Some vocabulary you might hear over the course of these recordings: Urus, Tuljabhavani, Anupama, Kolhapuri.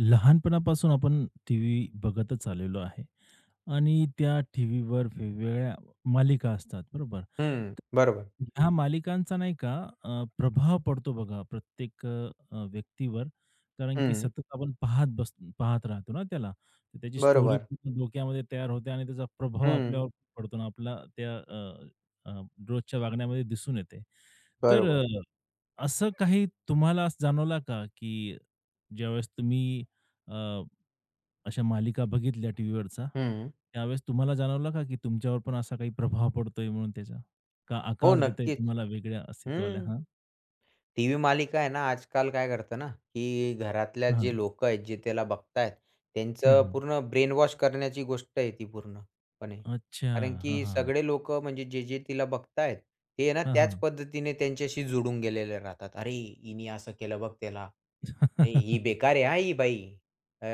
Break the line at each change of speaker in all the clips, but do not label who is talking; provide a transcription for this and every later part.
लहानपणापासून आपण T V बघतच आलेलो आहे आणि त्या टी व्हीवर वेगवेगळ्या मालिका असतात, बरोबर?
हं,
तर
बरोबर.
ह्या मालिकांचा नाही का प्रभाव पडतो बघा प्रत्येक व्यक्तीवर. कारण की
हं,
सतत आपण पाहत राहतो ना त्याला. तर त्याची स्टोरी
बरोबर.
डोक्यामध्ये तयार होते आणि त्याचा प्रभाव
हं,
आपल्यावर पडतो ना आपला त्या अ, अ, रोजच्या वागण्यामध्ये दिसून येते. तर
बरोबर.
असं काही तुम्हाला असं जाणवला का, की ज्यावेळेस तुम्ही अ, अशा मालिका बघितल्या टीव्हीवरच्या,
हं.
त्यावेळेस तुम्हाला जाणवलं का, की तुमच्यावर पण असा काही प्रभाव पडतोय म्हणून त्याचा? का
हो,
आकार देतंय
नक्कीच.
तुम्हाला वेगळ्या अस्तित्वाला?
हं.
हां,
टीव्ही मालिका आहे ना, आजकाल काय करतं ना, की घरातल्या जे
हां.
लोकं आहेत, जे त्याला बघतायत,
हं,
त्यांचं
हं.
पूर्ण ब्रेन वॉश करण्याची गोष्ट आहे ती पूर्णपणे.
अच्छा.
कारण की
हां, हां.
सगळे लोकं म्हणजे जे-जे तिला बघतायत, ते ना
हां,
त्याच
हां.
पद्धतीने त्यांच्याशी जुडून गेलेले राहतात. "अरे, हिने असं केलं बघ त्याला." नाही, ही बेकार आहे हां, ही बाई. अ,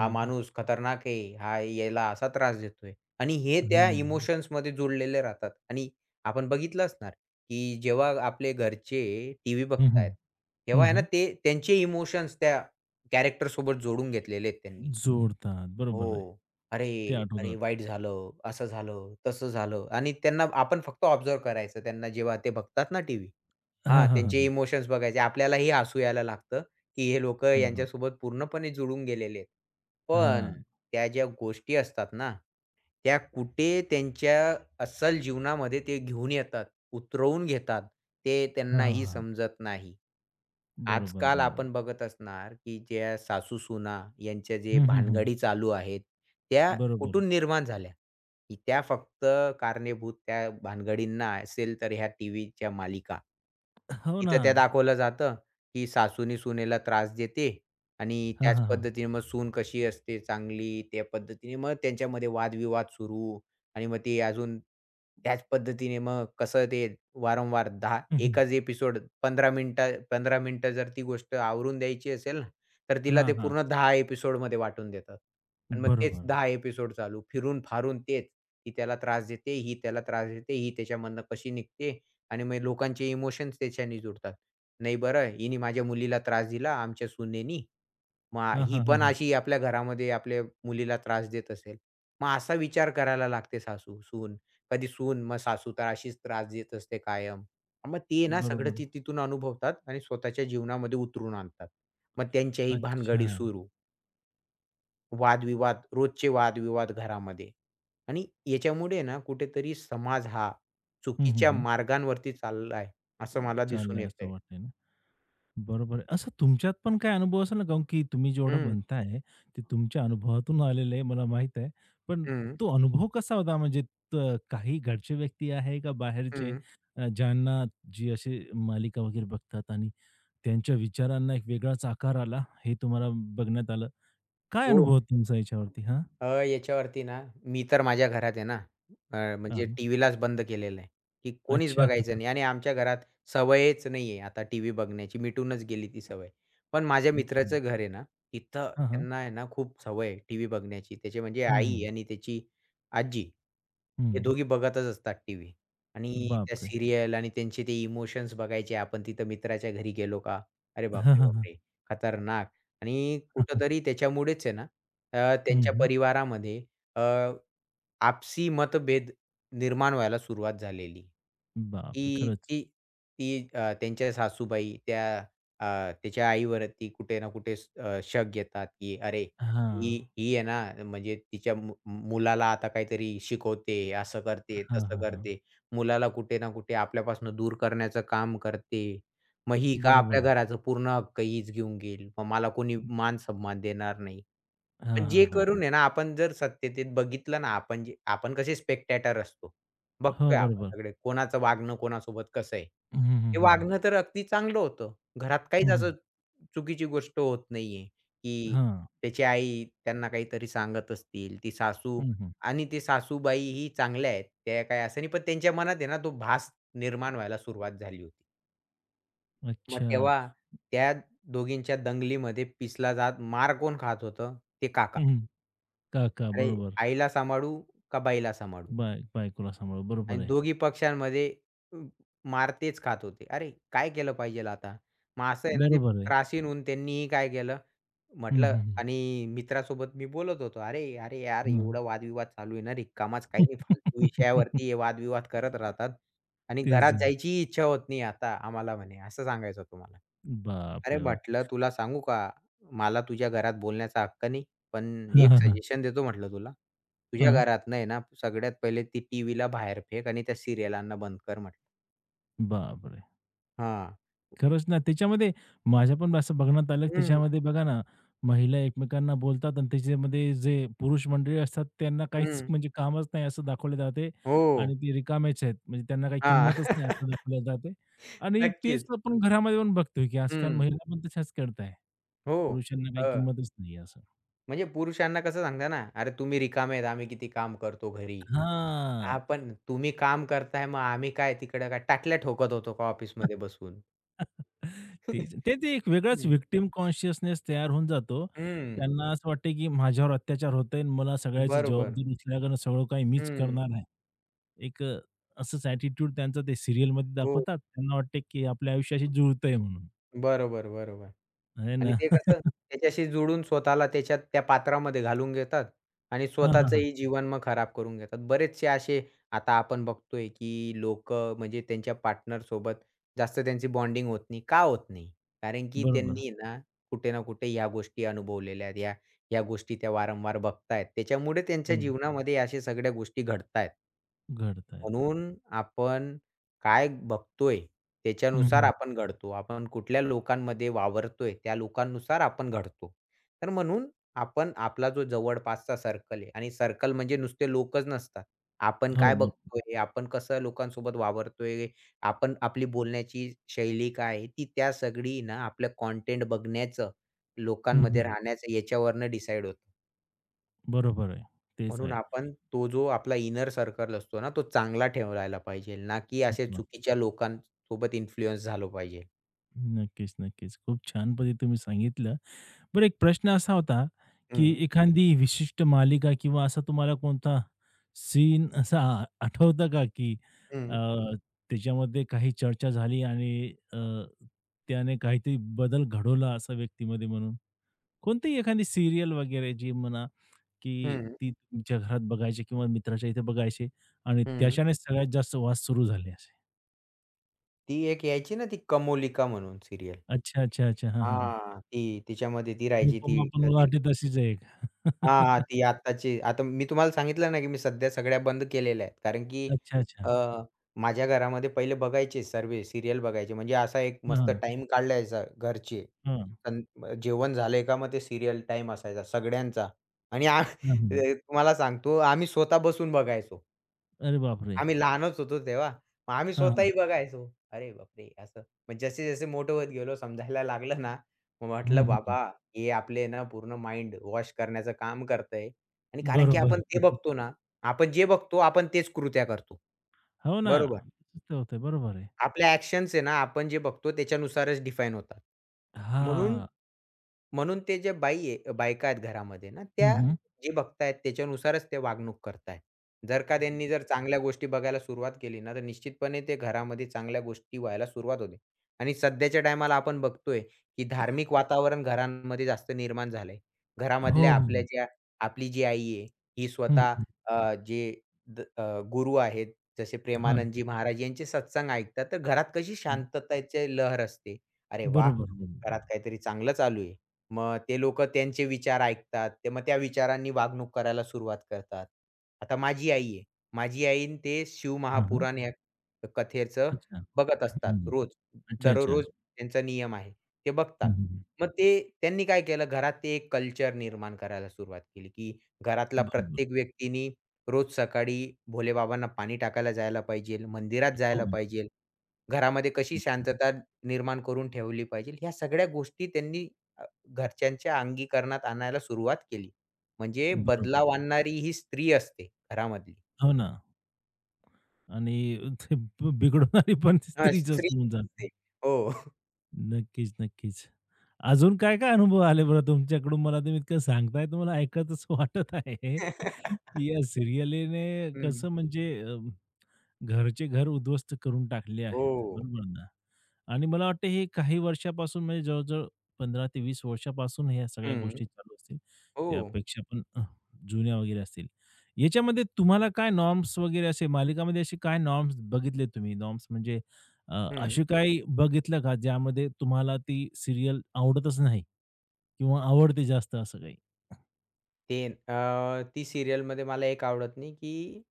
हा माणूस खतरनाक आहे. हा याला असा त्रास देतोय आणि हे त्या
हां.
इमोशन्समध्ये जोडलेले राहतात आणि आपण बघितलं असणार, की जेव्हा आपले घरचे टीव्ही
हं, हं.
बघतायत, तेव्हा
हं,
आहे ना
हं.
ते त्यांचे इमोशन्स त्या कॅरेक्टरसोबत जोडून घेतलेले आहेत त्यांनी.
जोडतात. बरोबर आहे.
हो. "अरे,
ते
अरे
आठवतात.
वाईट झालं, असं झालं, तसं झालं" आणि त्यांना आपण फक्त ऑब्झर्व्ह करायचं. त्यांना जेव्हा ते बघतात ना टीव्ही
हां,
हां,
हां, हां,
त्यांचे
हां.
इमोशन्स बघायचे. आपल्यालाही हसू यायला लागतं, की हे लोकं
अरे बाप!
यांच्यासोबत पूर्णपणे जुळून गेलेले आहेत. पण
हां.
त्या ज्या गोष्टी असतात ना, त्या कुठे त्यांच्या अस्सल जीवनामध्ये ते घेऊन येतात. उतरवून घेतात, ते
हां, हां,
त्यांनाही
हां.
समजत नाही.
बरोबर,
आजकाल
बरोबर.
आपण बघत असणार, की ज्या सासू-सुना यांच्या जे
हं, हं, हं.
भानगडी चालू आहेत, त्या
बरोबर.
कुठून निर्माण झाल्या? की त्या फक्त कारणीभूत त्या भानगडींना असेल तर ह्या टीव्हीच्या मालिका.
हो ना.
इथं त्या दाखवलं जातं, की सासूनी सुनेला त्रास देते आणि
हां,
त्याच
हां, हां.
पद्धतीने मग सून कशी असते चांगली, त्या पद्धतीने मग त्यांच्यामध्ये वादविवाद सुरू. आणि मग ते अजून त्याच पद्धतीने मग कसं ते वारंवार 10
हं, हं.
एकच एपिसोड 15 मिनिटं 15 मिनिटं जर ती गोष्ट आवरून द्यायची असेल ना, तर तिला ते
हां, हां.
पूर्ण 10 एपिसोडमध्ये वाटून देतात. आणि मग तेच
बरोबर.
10 एपिसोड चालू. फिरून-फारून तेच. ती त्याला त्रास देते, ही त्याला त्रास देते, ही त्याच्यामधनं कशी निघते आणि मग लोकांचे इमोशन्स त्याच्याने जुडतात. नाही बरं, हिने माझ्या मुलीला त्रास दिला, आमच्या सुनेनी. मग
हां,
ही
हां, हां,
पण
हां.
अशी आपल्या घरामध्ये आपल्या मुलीला त्रास देत असेल. मग असा विचार करायला लागते सासू, सून. कधी सून, मग सासू तर अशीच त्रास देत असते कायम. मग ते ना सगळं
बरोबर.
ती तिथून अनुभवतात आणि स्वतःच्या जीवनामध्ये उतरून आणतात. मग त्यांच्याही
अच्छा.
भानगडी सुरू. वादविवाद, रोजचे वादविवाद घरामध्ये आणि याच्यामुळे ना कुठेतरी समाज हा
हं, हं,
चुकीच्या
हं.
मार्गांवरती चाललाय, असं मला दिसून
चाललंय असं
येतंय.
वाटतंय ना. बरोबर आहे. असं तुमच्यात पण काही अनुभव असेल ना, काऊन की तुम्ही जेवढं
हं,
म्हणताय, ते तुमच्या अनुभवातून आलेलं आहे मला माहीत आहे. पण
हं,
तो अनुभव कसा होता? म्हणजे त काही घरचे व्यक्ती आहे का बाहेरचे
हं.
ज्यांना जी अशी मालिका वगैरे बघतात आणि त्यांच्या विचारांना एक वेगळाच आकार आला, हे तुम्हाला बघण्यात आलं. काय
हो.
अनुभव होता तुमचा याच्यावरती? हां.
याच्यावरती ना, मी तर माझ्या घरात आहे ना,
हां,
म्हणजे
हां.
टीव्हीलाच बंद केलेलं आहे, की कोणीच
अच्छा,
बघायचं नाही आणि आमच्या घरात सवयच नाही आहे आता टीव्ही बघण्याची, मिटूनच गेली ती सवय. पण माझ्या
अच्छा.
मित्राचं घर आहे ना, तिथं
हां, हां.
त्यांना आहे ना खूप सवय आहे टीव्ही बघण्याची. त्याची म्हणजे
हं, हं.
आई आणि त्याची आजी. हे
हं.
दोघी बघतच असतात टीव्ही आणि त्या
बापरे!
सीरियल आणि त्यांचे ते इमोशन्स बघायचे. आपण तिथं मित्राच्या घरी गेलो का? अरे
हां,
बापरे,
हां,
बापरे! खतरनाक आणि
हां.
कुठेतरी त्याच्यामुळेच आहे ना,
हं,
त्यांच्या
हं.
परिवारामध्ये आपसी मतभेद निर्माण व्हायला सुरुवात झालेली.
बापरे!
की
खरंच.
ती ती अ, त्यांच्या सासूबाई त्या अ, त्याच्या आईवरती कुठे ना कुठे शक घेतात, की "अरे,
हां.
ही ही आहे ना, म्हणजे तिच्या मु मुलाला आता काहीतरी शिकवते, असं करते,
हां,
तसं
हां, हां.
करते. मुलाला कुठे ना कुठे आपल्यापासून दूर करण्याचं काम करते. मग ही का आपल्या
बरोबर.
घराचा पूर्ण हक्क हीच घेऊन घेईल. मग मला कोणी मान सन्मान देणार नाही."
हां,
पण
हां,
जे
हां, हां.
करून आहे ना, आपण जर सत्यतेत बघितलं ना, आपण जे आपण कसे स्पेक्टॅटर असतो.
हो,
बघतोय आपण
बरोबर.
सगळे कोणाचं वागणं कोणासोबत कसं आहे.
हं, हं,
ते
हं, हं.
वागणं तर अगदी चांगलं होतं. घरात
हं,
काहीच
हं.
असं चुकीची गोष्ट होत नाहीये, की
हां.
त्याची आई त्यांना काहीतरी सांगत असतील, ती सासू
हं, हं.
आणि ती सासूबाई ही चांगल्या आहेत. त्या काही असं नाही, पण त्यांच्या मनात आहे ना, तो भास निर्माण व्हायला सुरुवात झाली होती. मग
अच्छा.
तेव्हा त्या दोघींच्या दंगलीमध्ये पिसला जात मार कोण खात होतं? ते काका.
हं, हं. काका
अरे,
बरोबर.
आईला सांभाळू का बाईला सांभाळू?
बायकोला सांभाळू. बरोबर
आणि
आहे.
दोघी पक्षांमध्ये अ, मार तेच खात होते. अरे, काय केलं पाहिजेल आता? मग असं आहे ना, ते
बरोबर आहे.
त्रासीन होऊन त्यांनीही काय केलं,
हं,
म्हटलं
हं, हं.
आणि मित्रासोबत मी बोलत होतो. "अरे, अरे यार,
हं.
एवढा वादविवाद चालू आहे ना, रिकामाच काही नाही, फालतू विषयावरती हे वादविवाद करत राहतात आणि
तेच
घरात
आहे.
जायचीही इच्छा होत नाही आता आम्हाला" म्हणे, असं सांगायचं होतं मला. "अरे,"
बापरे बाप!
म्हटलं, "तुला सांगू का? मला तुझ्या घरात बोलण्याचा हक्क नाही, पण
हां,
एक
हां, हां.
सजेशन देतो" म्हटलं "तुला." तुझ्या
हां.
घरातनं आहे ना, सगळ्यात पहिले ती टीव्हीला बाहेर फेक आणि त्या सीरियलांना बंद कर म्हटलं.
बापरे!
हां.
खरंच ना, त्याच्यामध्ये माझ्या पण असं बघण्यात आलं, की
हं,
त्याच्यामध्ये बघा ना, महिला एकमेकांना बोलतात आणि त्याच्यामध्ये जे पुरुष मंडळी असतात त्यांना काहीच
हं.
म्हणजे कामच नाही असं दाखवले जाते आणि
हो.
ते रिकामेच आहेत. म्हणजे त्यांना काही
हां.
किंमतच नाही असं दाखवले जाते आणि तेच
नक्कीच.
आपण घरामध्ये पण बघतोय, की आजकाल
हं.
महिला पण तशाच करताय.
हो.
पुरुषांना काही
अ,
किंमतच नाही असं.
म्हणजे पुरुषांना कसं सांगता ना, "अरे तुम्ही रिकामे आहेत, आम्ही किती काम करतो घरी." हां,
हां.
पण तुम्ही काम करताय मग आम्ही काय तिकडं काय टाटल्या ठोकत होतो का ऑफिसमध्ये बसून? हं.
ते ते ते एक वेगळाच विक्टिम कॉन्शियसनेस तयार होऊन जातो.
हं.
त्यांना असं वाटतं, की माझ्यावर अत्याचार होतोय आणि मला सगळ्याची
बरोबर.
जबाबदारी उचलायला सगळं काही मीच
हं.
करणार आहे. एक अ, असंच ॲटिट्यूड त्यांचं ते सीरियलमध्ये
हो.
दाखवतात. त्यांना वाटते, की आपल्या आयुष्याशी जुळतंय म्हणून.
बरोबर, बरोबर.
आहे
आणि
ना?
ते कसं त्याच्याशी जुळून स्वतःला त्याच्यात त्या पात्रामध्ये घालून घेतात आणि
हां, हां, हां.
स्वतःचंही जीवन मग खराब करून घेतात. बरेचसे असे आता आपण बघतोय, की लोक म्हणजे त्यांच्या पार्टनरसोबत जास्त त्यांची बॉन्डिंग होत नाही. का होत नाही? कारण की
बरोबर.
त्यांनी ना कुठे ना कुठे ह्या गोष्टी अनुभवलेल्या आहेत. या या गोष्टी त्या वारंवार बघतायत. त्याच्यामुळे
हो,
त्यांच्या जीवनामध्ये अशा सगळ्या गोष्टी घडतायत.
घडतायत.
म्हणून आपण काय बघतोय,
हं,
त्याच्यानुसार हं.
हं.
आपण घडतो. आपण कुठल्या लोकांमध्ये वावरतोय, त्या लोकांनुसार आपण घडतो. तर म्हणून आपण आपला जो जवळपासचा सर्कल आहे आणि सर्कल म्हणजे नुसते लोकच नसतात. आपण
हो,
काय
हो.
बघतोय, आपण कसं लोकांसोबत वावरतोय, आपण आपली बोलण्याची शैली काय आहे, ती त्या सगळी ना आपलं कंटेंट बघण्याचं,
हं,
लोकांमध्ये
हं.
राहण्याचं याच्यावरनं डिसाईड होतं.
बरोबर आहे. तेच
म्हणून
आहे.
आपण तो जो आपला इनर सर्कल असतो ना, तो चांगला ठेवायला पाहिजे, ना की अशा
चांगलं.
चुकीच्या लोकांसोबत इन्फ्लुअन्स झालो पाहिजे.
नक्कीच, नक्कीच. खूप छान पद्धतीने तुम्ही सांगितलं. बरं एक प्रश्न असा होता, की
हं,
एखादी विशिष्ट मालिका किंवा असा तुम्हाला कोणता सीन असा आठवतं का, की अ,
हं,
त्याच्यामध्ये काही चर्चा झाली आणि त्याने काहीतरी बदल घडवला असा व्यक्तीमध्ये म्हणून? कोणतीही एखादी सीरियल वगैरे जी म्हणा, की
हं,
ती तुमच्या घरात बघायची किंवा मित्राच्या इथे बघायची आणि
हं.
त्याच्याने सगळ्यात जास्त वाद सुरू झाले असे?
ती एक यायची ना, ती कमोलिका म्हणून सीरियल.
अच्छा, अच्छा, अच्छा. हां, हां, हां.
हां, ती तिच्यामध्ये ती राहायची ती
अनुपमा पण मला वाटते तशीच आहे एक.
हां, हां. ती आत्ताची आता मी तुम्हाला सांगितलं ना, की मी सध्या सगळ्या बंद केलेल्या आहेत. कारण की
अच्छा, अच्छा.
अ, माझ्या घरामध्ये पहिले बघायचे सर्व सीरियल बघायचे. म्हणजे असा एक मस्त
हां, हां.
टाईम काढला जायचा घरचे. पण जेवण झालंय का मग ते सीरियल टाईम असायचा सगळ्यांचा आणि
हां, हां.
तुम्हाला सांगतो आम्ही स्वतः बसून बघायचो.
अरे बापरे!
आम्ही लहानच होतो तेव्हा. मग आम्ही
हां, हां.
स्वतःही बघायचो. अरे बापरे! असं मग जसे-जसे मोठे होत गेलो समजायला लागलं ना, मग
हं,
म्हटलं
हं, हं.
बाबा हे आपले ना पूर्ण माइंड वॉश करण्याचं काम करतंय आणि कारण की
बरोबर.
आपण ते बघतो ना, आपण जे बघतो आपण तेच कृत्या करतो.
हो ना,
बरोबर.
तसंच ते होतंय. बरोबर आहे.
आपल्या ॲक्शन्स आहे ना, आपण जे बघतो त्याच्यानुसारच डिफाईन होतात. म्हणून
हां.
म्हणून ते जे बाई आहे बायका आहेत घरामध्ये ना,
हं,
त्या
हं.
जे बघतायत त्याच्यानुसारच ते वागणूक करतायत. जर का त्यांनी जर चांगल्या गोष्टी बघायला सुरुवात केली ना, तर निश्चितपणे ते घरामध्ये चांगल्या गोष्टी व्हायला सुरुवात होते. आणि सध्याच्या टायमाला आपण बघतोय, की धार्मिक वातावरण घरांमध्ये जास्त निर्माण झालंय.
हो,
घरामधल्या
हो.
आपल्या ज्या आपली जी आई आहे, ही
हं,
स्वतः
हं.
जे द अ, गुरु आहेत, जसे
हां,
प्रेमानंदजी महाराज यांचे सत्संग ऐकतात, तर घरात कशी
हं.
शांतताची लहर असते. "अरे वाह!
बरोबर,
घरात
बरोबर.
काहीतरी चांगलं चालू आहे." मग ते लोकं त्यांचे विचार ऐकतात. ते मग त्या विचारांनी वागणूक करायला सुरुवात करतात. आता माझी आई आहे. माझी आईन ते
हां, हां.
शिवमहापुराण या कथेचं
अच्छा.
बघत असतात
हं.
रोज.
अच्छा, अच्छा,
दररोज
अच्छा.
त्यांचा नियम आहे. ते बघतात.
हं, हं, हं.
मग ते त्यांनी काय केलं घरात ते एक कल्चर निर्माण करायला सुरुवात केली, की घरातला
बरोबर.
प्रत्येक व्यक्तीनी रोज सकाळी भोलेबाबांना पाणी टाकायला जायला पाहिजेल, मंदिरात
हो,
जायला
हो.
पाहिजेल. घरामध्ये कशी शांतता निर्माण करून ठेवली पाहिजे, ह्या सगळ्या गोष्टी त्यांनी घरच्यांच्या अंगीकरणात आणायला सुरुवात केली. म्हणजे
बरोबर
बदलाव
आहे.
आणणारी ही स्त्री असते घरामधली.
हो ना आणि ते ब बिघडवणारी पण
हां,
स्त्रीच
स्त्री
होऊन जाते.
असते. हो.
नक्कीच, नक्कीच. अजून काय-काय अनुभव आले बरं तुमच्याकडून? मला तुम्ही इतकं सांगताय तर मला ऐकावसंच वाटत आहे, की या सिरियलीने
हं.
कसं म्हणजे घरचे घर उद्ध्वस्त करून टाकले आहेत.
हो.
बरोबर ना? आणि मला वाटतं हे काही वर्षापासून म्हणजे जवळ-जवळ 15 ते 20 वर्षापासून ह्या सगळ्या
हं.
गोष्टी चालू असतील.
हो.
त्यापेक्षा पण जुन्या वगैरे असतील. याच्यामध्ये तुम्हाला काय नॉर्म्स वगैरे असे मालिकामध्ये असे काय नॉर्म्स बघितले तुम्ही? नॉर्म्स म्हणजे अ,
हं.
असे काही बघितलं का ज्यामध्ये तुम्हाला ती सीरियल आवडतच नाही किंवा आवडते जास्त असं काही?
ते ती सीरियलमध्ये मला एक आवडत नाही, की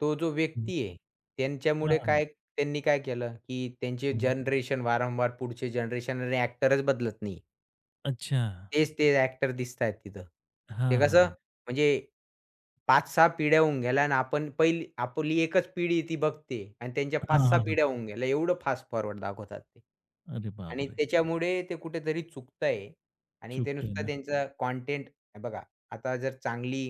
तो जो
हं.
व्यक्ती आहे, त्यांच्यामुळे
हां,
काय त्यांनी काय केलं, की त्यांचे
हं.
जनरेशन वारंवार पुढचे जनरेशन आणि ॲक्टरच बदलत नाहीये.
अच्छा.
तेच ते ॲक्टर दिसतायत तिथं.
हां,
ते
हां,
कसं हं.
हां.
म्हणजे पाच 6 पिढ्या होऊन गेल्या आणि आपण पहिली आपली एकच पिढी ती बघते आणि त्यांच्या
हां,
5-6
हां, हां.
पिढ्या होऊन गेल्या. एवढं फास्ट फॉरवर्ड दाखवतात ते.
अरे
आणि
बापरे!
त्याच्यामुळे ते कुठेतरी चुकतंय आणि ते
चुकतंय
नुसतं
ना.
त्यांचा कंटेंट बघा, आता जर चांगली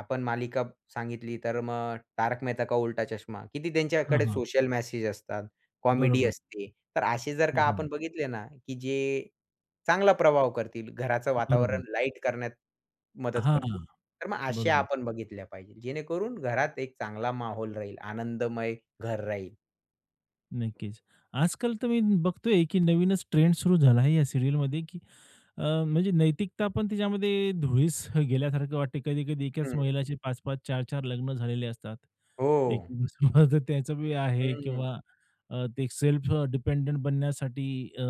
आपण मालिका सांगितली तर मग तारक मेहता का उल्टा चष्मा किती
हां,
त्यांच्याकडे
हां.
सोशल मेसेज असतात, कॉमेडी
बरोबर.
असते. तर असे जर
हो,
का
हो.
आपण बघितले ना, की जे चांगला प्रभाव करतील. घराचं
बरोबर.
वातावरण लाईट करण्यात मदत
हां,
करतील. तर मग अशा
बरोबर.
आपण बघितल्या पाहिजे. जेणेकरून घरात एक चांगला माहोल राहील, आनंदमय घर राहील.
नक्कीच. आजकाल तर मी बघतोय, की नवीनच ट्रेंड सुरू झाला आहे या सीरियलमध्ये, की अ, म्हणजे नैतिकता पण तिच्यामध्ये धुळीस गेल्यासारखं वाटते. कधी-कधी एकाच
हं.
महिलाचे 5-5, 4-4 लग्न झालेले असतात.
हो.
एक सोबत त्याचं बी आहे
हं,
किंवा ते सेल्फ डिपेंडंट बनण्यासाठी अ,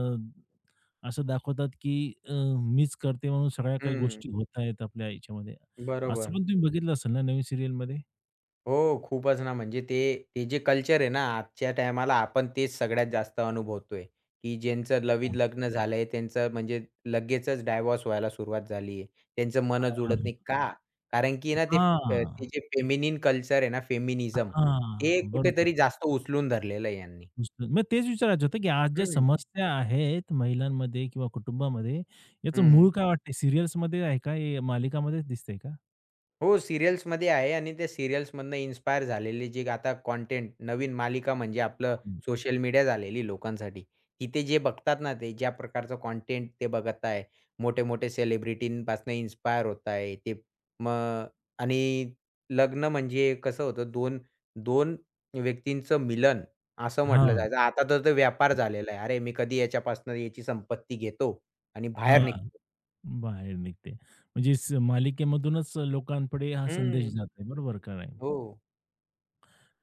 असं दाखवतात, की मीच करते म्हणून सगळ्या काही
हं.
गोष्टी होत आहेत आपल्या आयुष्यामध्ये. असं
बरोबर.
पण तुम्ही बघितलं असेल ना नवीन सीरियलमध्ये?
हो, खूपच ना, म्हणजे ते ते जे कल्चर आहे ना, आजच्या टायमाला आपण तेच सगळ्यात जास्त अनुभवतोय, की ज्यांचं
हां,
लवित लग्न झालंय, त्यांचं म्हणजे लगेचच डायव्हॉर्स व्हायला सुरुवात झाली आहे. त्यांचं मन
हां,
जुळत
हां.
नाही. का? कारण की ना ते ते जे फेमिनिन कल्चर आहे ना, फेमिनिझम,
हां,
हे
हां. बरोबर.
कुठेतरी जास्त उचलून धरलेलं आहे यांनी.
दुसरं मग तेच विचारायचं होतं, की आज ज्या
हं,
समस्या आहेत महिलांमध्ये किंवा कुटुंबामध्ये, याचं
हं.
मूळ काय वाटतंय? सीरियल्समध्ये आहे का? हे मालिकामध्येच दिसतंय का?
हो, सीरियल्समध्ये आहे आणि त्या सीरियल्समधनं इन्स्पायर झालेली जी आता कंटेंट नवीन मालिका म्हणजे आपलं
हं.
सोशल मीडिया झालेली लोकांसाठी. तिथे जे बघतात ना, ते ज्या प्रकारचं कंटेंट ते बघत आहे. मोठे-मोठे सेलिब्रिटींपासून इन्स्पायर होत आहे ते. मग आणि लग्न म्हणजे कसं होतं 2 व्यक्तींचं मिलन असं म्हटलं
हां,
जायचं. आता तर तो व्यापार झालेला आहे. अरे, मी कधी याच्यापासून याची संपत्ती घेतो आणि बाहेर निघतो.
हां. बाहेर निघते. म्हणजे मालिकेमधूनच लोकांपुढे हा संदेश
हं,
जातोय. बरोबर का नाही?
हो.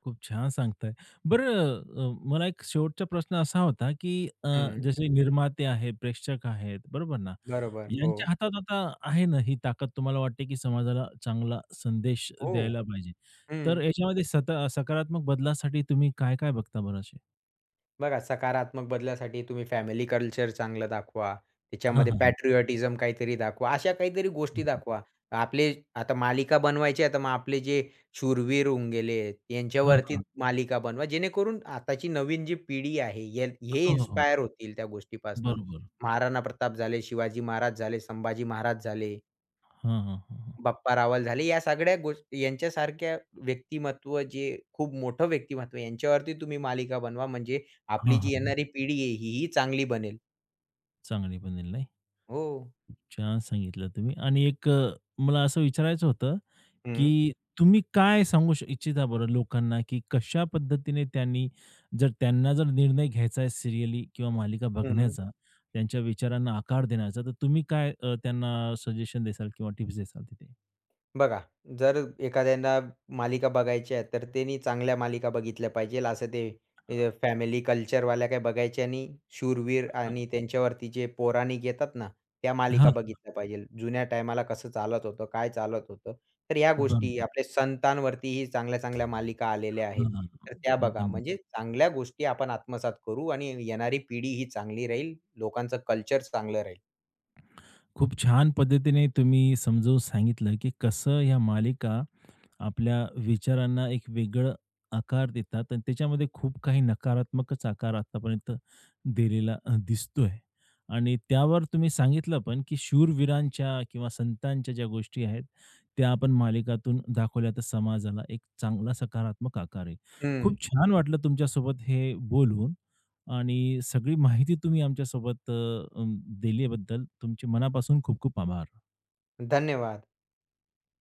खूप छान सांगताय. बरं मला एक शेवटचा प्रश्न असा होता, की अ,
हं,
जसे निर्माते आहेत, प्रेक्षक आहेत, बरोबर ना?
बरोबर. हो,
यांच्या हातात आता आहे ना ही ताकद तुम्हाला वाटते, की समाजाला चांगला संदेश
हो.
द्यायला पाहिजे.
हं.
तर याच्यामध्ये सकारात्मक बदलासाठी तुम्ही काय-काय बघता बरं असे?
बघा सकारात्मक बदलासाठी तुम्ही फॅमिली कल्चर चांगलं दाखवा.
हां,
त्याच्यामध्ये
हां, हां.
पॅट्रिऑटिझम काहीतरी दाखवा. अशा काहीतरी
हं,
गोष्टी
हं.
दाखवा. आपले आता मालिका बनवायची आहे, तर मग आपले जे शूरवीर होऊन गेले, यांच्यावरती
हां,
मालिका बनवा. जेणेकरून आताची नवीन जी पिढी आहे, हे हे
हो, हो, हो.
इन्स्पायर होतील त्या गोष्टीपासून.
बरोबर.
महाराणा प्रताप झाले, शिवाजी महाराज झाले, संभाजी महाराज झाले.
हां, हां, हां, हां.
बाप्पा रावल झाले, या सगळ्या गोष्टी यांच्यासारख्या व्यक्तिमत्व जे खूप मोठं व्यक्तिमत्व आहे, यांच्यावरती तुम्ही मालिका बनवा म्हणजे आपली
हां,
जी
हां,
येणारी पिढी आहे, हीही चांगली बनेल.
चांगली बनेल नाही?
हो.
छान सांगितलं तुम्ही आणि मला असं विचारायचं होतं
हं,
की तुम्ही काय सांगू श इच्छिता बरं लोकांना, की कशा पद्धतीने त्यांनी जर त्यांना जर निर्णय घ्यायचा आहे सीरियली किंवा मालिका
हं.
बघण्याचा, त्यांच्या विचारांना आकार देण्याचा, तर तुम्ही काय त्यांना सजेशन देसाल किंवा टिप्स देसाल तिथे?
बघा, जर एखाद्याला मालिका बघायच्या आहेत, तर त्यांनी चांगल्या मालिका बघितल्या पाहिजेल. असं ते फॅमिली कल्चरवाल्या काही बघायच्या नाही. शूरवीर
हां,
आणि त्यांच्यावरती जे पौराणिक येतात ना, त्या मालिका
हां,
बघितल्या पाहिजेल. जुन्या टायमाला कसं चालत होतं, काय चालत होतं. तर ह्या
बरोबर.
गोष्टी आपल्या संतांवरतीही चांगल्या-चांगल्या मालिका आलेल्या आहेत.
हां, हां.
तर त्या बघा.
एकदम
म्हणजे चांगल्या गोष्टी आपण आत्मसात करू आणि येणारी पिढी ही चांगली राहील. लोकांचं कल्चर चांगलं राहील.
खूप छान पद्धतीने तुम्ही समजावून सांगितलं, की कसं ह्या मालिका आपल्या विचारांना एक वेगळं आकार देतात आणि त्याच्यामध्ये खूप काही नकारात्मकच आकार आतापर्यंत दिलेला दिसतोय आणि त्यावर तुम्ही सांगितलं पण, की शूरवीरांच्या किंवा संतांच्या ज्या गोष्टी आहेत, त्या आपण मालिकातून दाखवल्या तर समाजाला एक चांगला सकारात्मक आकार आहे.
हं.
खूप छान वाटलं तुमच्यासोबत हे बोलून आणि सगळी माहिती तुम्ही आमच्यासोबत अ, अ, दिल्याबद्दल तुमचे मनापासून खूप खूप आभार.
धन्यवाद.